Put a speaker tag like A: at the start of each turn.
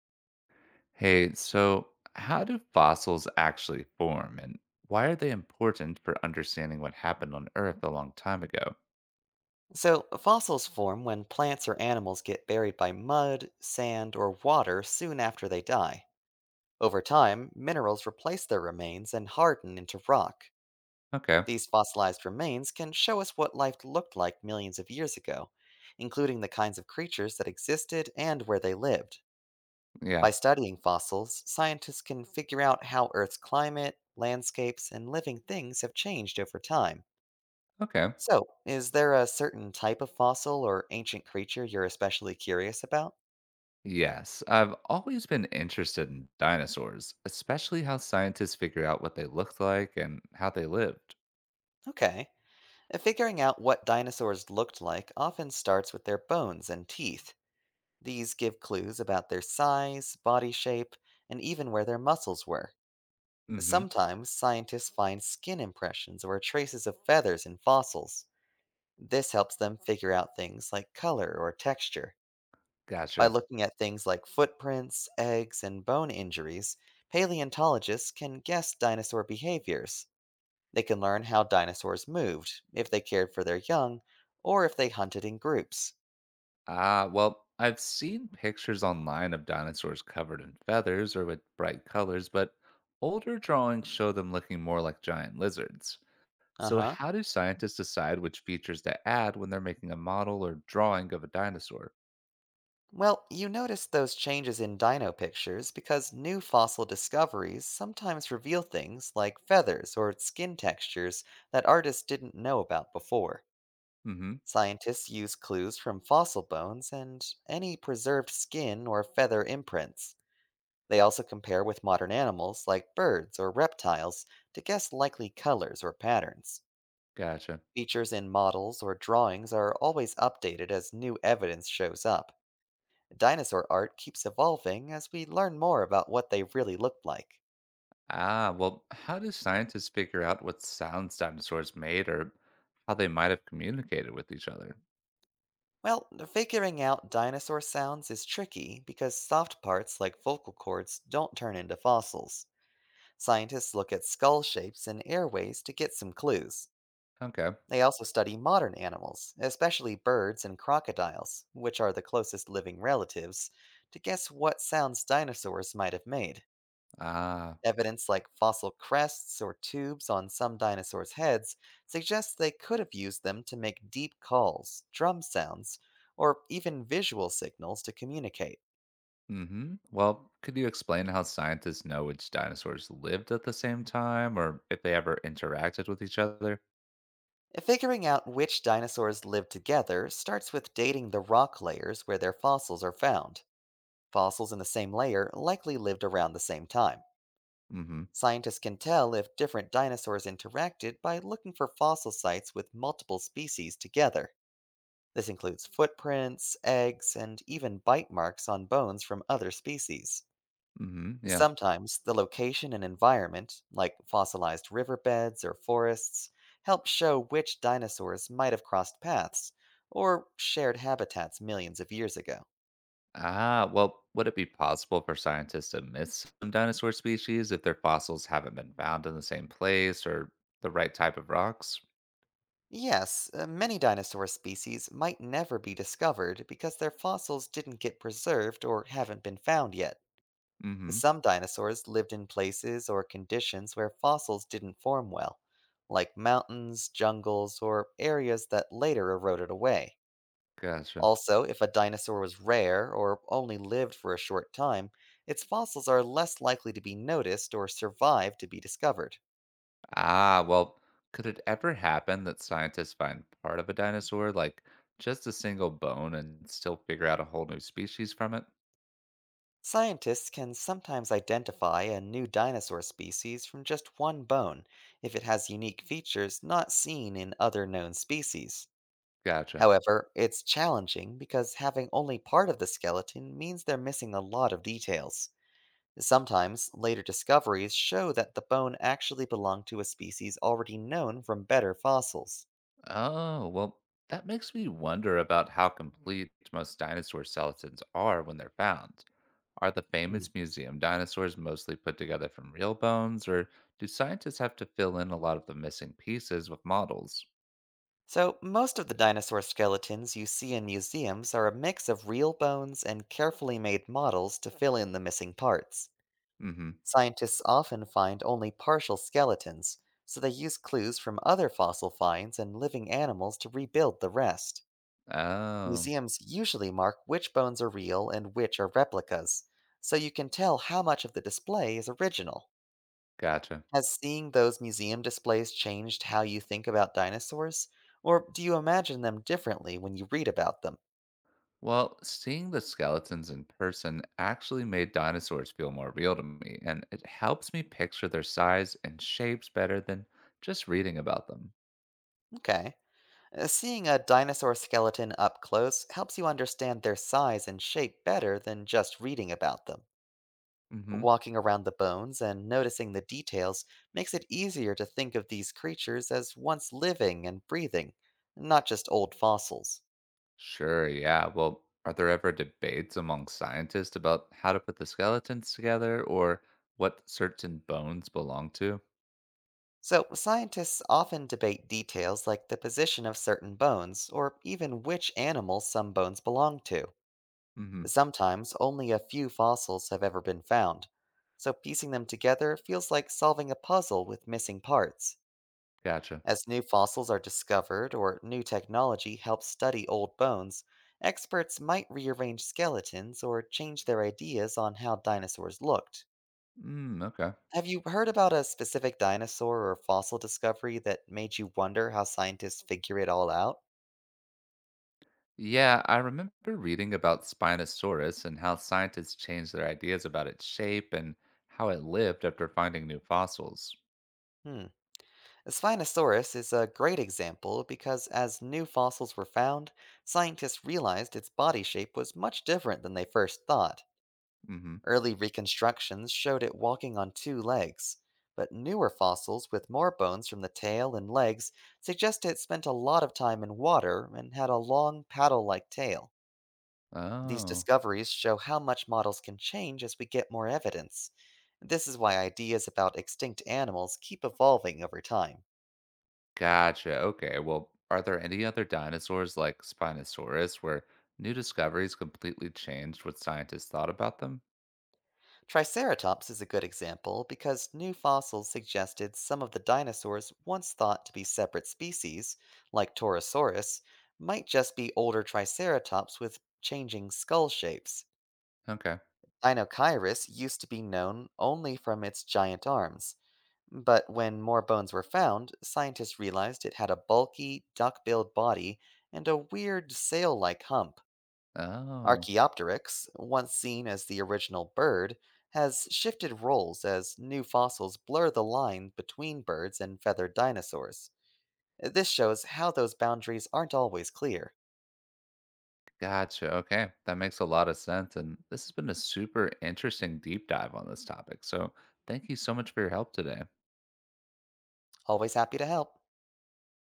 A: Hey, so how do fossils actually form and why are they important for understanding what happened on Earth a long time ago?
B: So, fossils form when plants or animals get buried by mud, sand, or water soon after they die. Over time, minerals replace their remains and harden into rock.
A: Okay.
B: These fossilized remains can show us what life looked like millions of years ago, including the kinds of creatures that existed and where they lived.
A: Yeah.
B: By studying fossils, scientists can figure out how Earth's climate, landscapes, and living things have changed over time.
A: Okay.
B: So, is there a certain type of fossil or ancient creature you're especially curious about?
A: Yes, I've always been interested in dinosaurs, especially how scientists figure out what they looked like and how they lived.
B: Okay. Figuring out what dinosaurs looked like often starts with their bones and teeth. These give clues about their size, body shape, and even where their muscles were.
A: Hmm.
B: Sometimes scientists find skin impressions or traces of feathers in fossils. This helps them figure out things like color or texture. By
A: Gotcha.
B: looking at things like footprints, eggs, and bone injuries, paleontologists can guess dinosaur behaviors. They can learn how dinosaurs moved, if they cared for their young, or if they hunted in groups.
A: Ah, well, I've seen pictures online of dinosaurs covered in feathers or with bright colors, but older drawings show them looking more like giant lizards.
B: Uh
A: So,
B: huh.
A: how do scientists decide which features to add when they're making a model or drawing of a dinosaur?
B: Well, you notice those changes in dino pictures because new fossil discoveries sometimes reveal things like feathers or skin textures that artists didn't know about before.
A: Hmm.
B: Scientists use clues from fossil bones and any preserved skin or feather imprints. They also compare with modern animals like birds or reptiles to guess likely colors or patterns.
A: Gotcha.
B: Features in models or drawings are always updated as new evidence shows up. Dinosaur art keeps evolving as we learn more about what they really looked like.
A: Ah, well, how do scientists figure out what sounds dinosaurs made or how they might have communicated with each other?
B: Well, figuring out dinosaur sounds is tricky because soft parts like vocal cords don't turn into fossils. Scientists look at skull shapes and airways to get some clues.
A: Okay.
B: They also study modern animals, especially birds and crocodiles, which are the closest living relatives, to guess what sounds dinosaurs might have made.
A: Ah.
B: Evidence like fossil crests or tubes on some dinosaurs' heads suggests they could have used them to make deep calls, drum sounds, or even visual signals to communicate.
A: Hmm. Well, could you explain how scientists know which dinosaurs lived at the same time or if they ever interacted with each other?
B: Figuring out which dinosaurs lived together starts with dating the rock layers where their fossils are found. Fossils in the same layer likely lived around the same time.
A: Mm hmm.
B: Scientists can tell if different dinosaurs interacted by looking for fossil sites with multiple species together. This includes footprints, eggs, and even bite marks on bones from other species.
A: Mm hmm. Yeah.
B: Sometimes the location and environment, like fossilized riverbeds or forests, help show which dinosaurs might have crossed paths or shared habitats millions of years ago.
A: Ah, well, would it be possible for scientists to miss some dinosaur species if their fossils haven't been found in the same place or the right type of rocks?
B: Yes, many dinosaur species might never be discovered because their fossils didn't get preserved or haven't been found yet.
A: Mm-hmm.
B: Some dinosaurs lived in places or conditions where fossils didn't form well, like mountains, jungles, or areas that later eroded away.
A: Gotcha.
B: Also, if a dinosaur was rare or only lived for a short time, its fossils are less likely to be noticed or survive to be discovered.
A: Ah, well, could it ever happen that scientists find part of a dinosaur, like just a single bone, and still figure out a whole new species from it?
B: Scientists can sometimes identify a new dinosaur species from just one bone if it has unique features not seen in other known species.
A: Gotcha.
B: However, it's challenging because having only part of the skeleton means they're missing a lot of details. Sometimes, later discoveries show that the bone actually belonged to a species already known from better fossils.
A: Oh, well, that makes me wonder about how complete most dinosaur skeletons are when they're found. Are the famous museum dinosaurs mostly put together from real bones, or do scientists have to fill in a lot of the missing pieces with models?
B: So, most of the dinosaur skeletons you see in museums are a mix of real bones and carefully made models to fill in the missing parts.
A: Mm-hmm.
B: Scientists often find only partial skeletons, so they use clues from other fossil finds and living animals to rebuild the rest.
A: Oh,
B: Museums usually mark which bones are real and which are replicas, so you can tell how much of the display is original.
A: gotcha.
B: Has seeing those museum displays changed how you think about dinosaurs? Or do you imagine them differently when you read about them?
A: Well, seeing the skeletons in person actually made dinosaurs feel more real to me, and it helps me picture their size and shapes better than just reading about them.
B: Okay. Seeing a dinosaur skeleton up close helps you understand their size and shape better than just reading about them.
A: Mm-hmm.
B: Walking around the bones and noticing the details makes it easier to think of these creatures as once living and breathing, not just old fossils.
A: Sure, yeah. Well, are there ever debates among scientists about how to put the skeletons together or what certain bones belong to?
B: So, scientists often debate details like the position of certain bones, or even which animal some bones belong to.
A: Mm-hmm.
B: Sometimes only a few fossils have ever been found. So, piecing them together feels like solving a puzzle with missing parts.
A: Gotcha.
B: As new fossils are discovered or new technology helps study old bones, experts might rearrange skeletons or change their ideas on how dinosaurs looked.
A: Mm, okay.
B: Have you heard about a specific dinosaur or fossil discovery that made you wonder how scientists figure it all out?
A: Yeah, I remember reading about Spinosaurus and how scientists changed their ideas about its shape and how it lived after finding new fossils.
B: Hmm. A Spinosaurus is a great example because as new fossils were found, scientists realized its body shape was much different than they first thought.
A: Mm-hmm.
B: Early reconstructions showed it walking on two legs, but newer fossils with more bones from the tail and legs suggest it spent a lot of time in water and had a long paddle like tail. These
A: Oh,
B: discoveries show how much models can change as we get more evidence. This is why ideas about extinct animals keep evolving over time.
A: gotcha. Okay. Well, are there any other dinosaurs like Spinosaurus where new discoveries completely changed what scientists thought about them?
B: Triceratops is a good example because new fossils suggested some of the dinosaurs once thought to be separate species, like Torosaurus, might just be older Triceratops with changing skull shapes.
A: Okay.
B: Dinochirus used to be known only from its giant arms, but when more bones were found, scientists realized it had a bulky, duck-billed body and a weird sail-like hump.
A: Oh.
B: Archaeopteryx, once seen as the original bird, has shifted roles as new fossils blur the line between birds and feathered dinosaurs. This shows how those boundaries aren't always clear.
A: Gotcha. Okay. That makes a lot of sense. And this has been a super interesting deep dive on this topic. So thank you so much for your help today.
B: Always happy to help.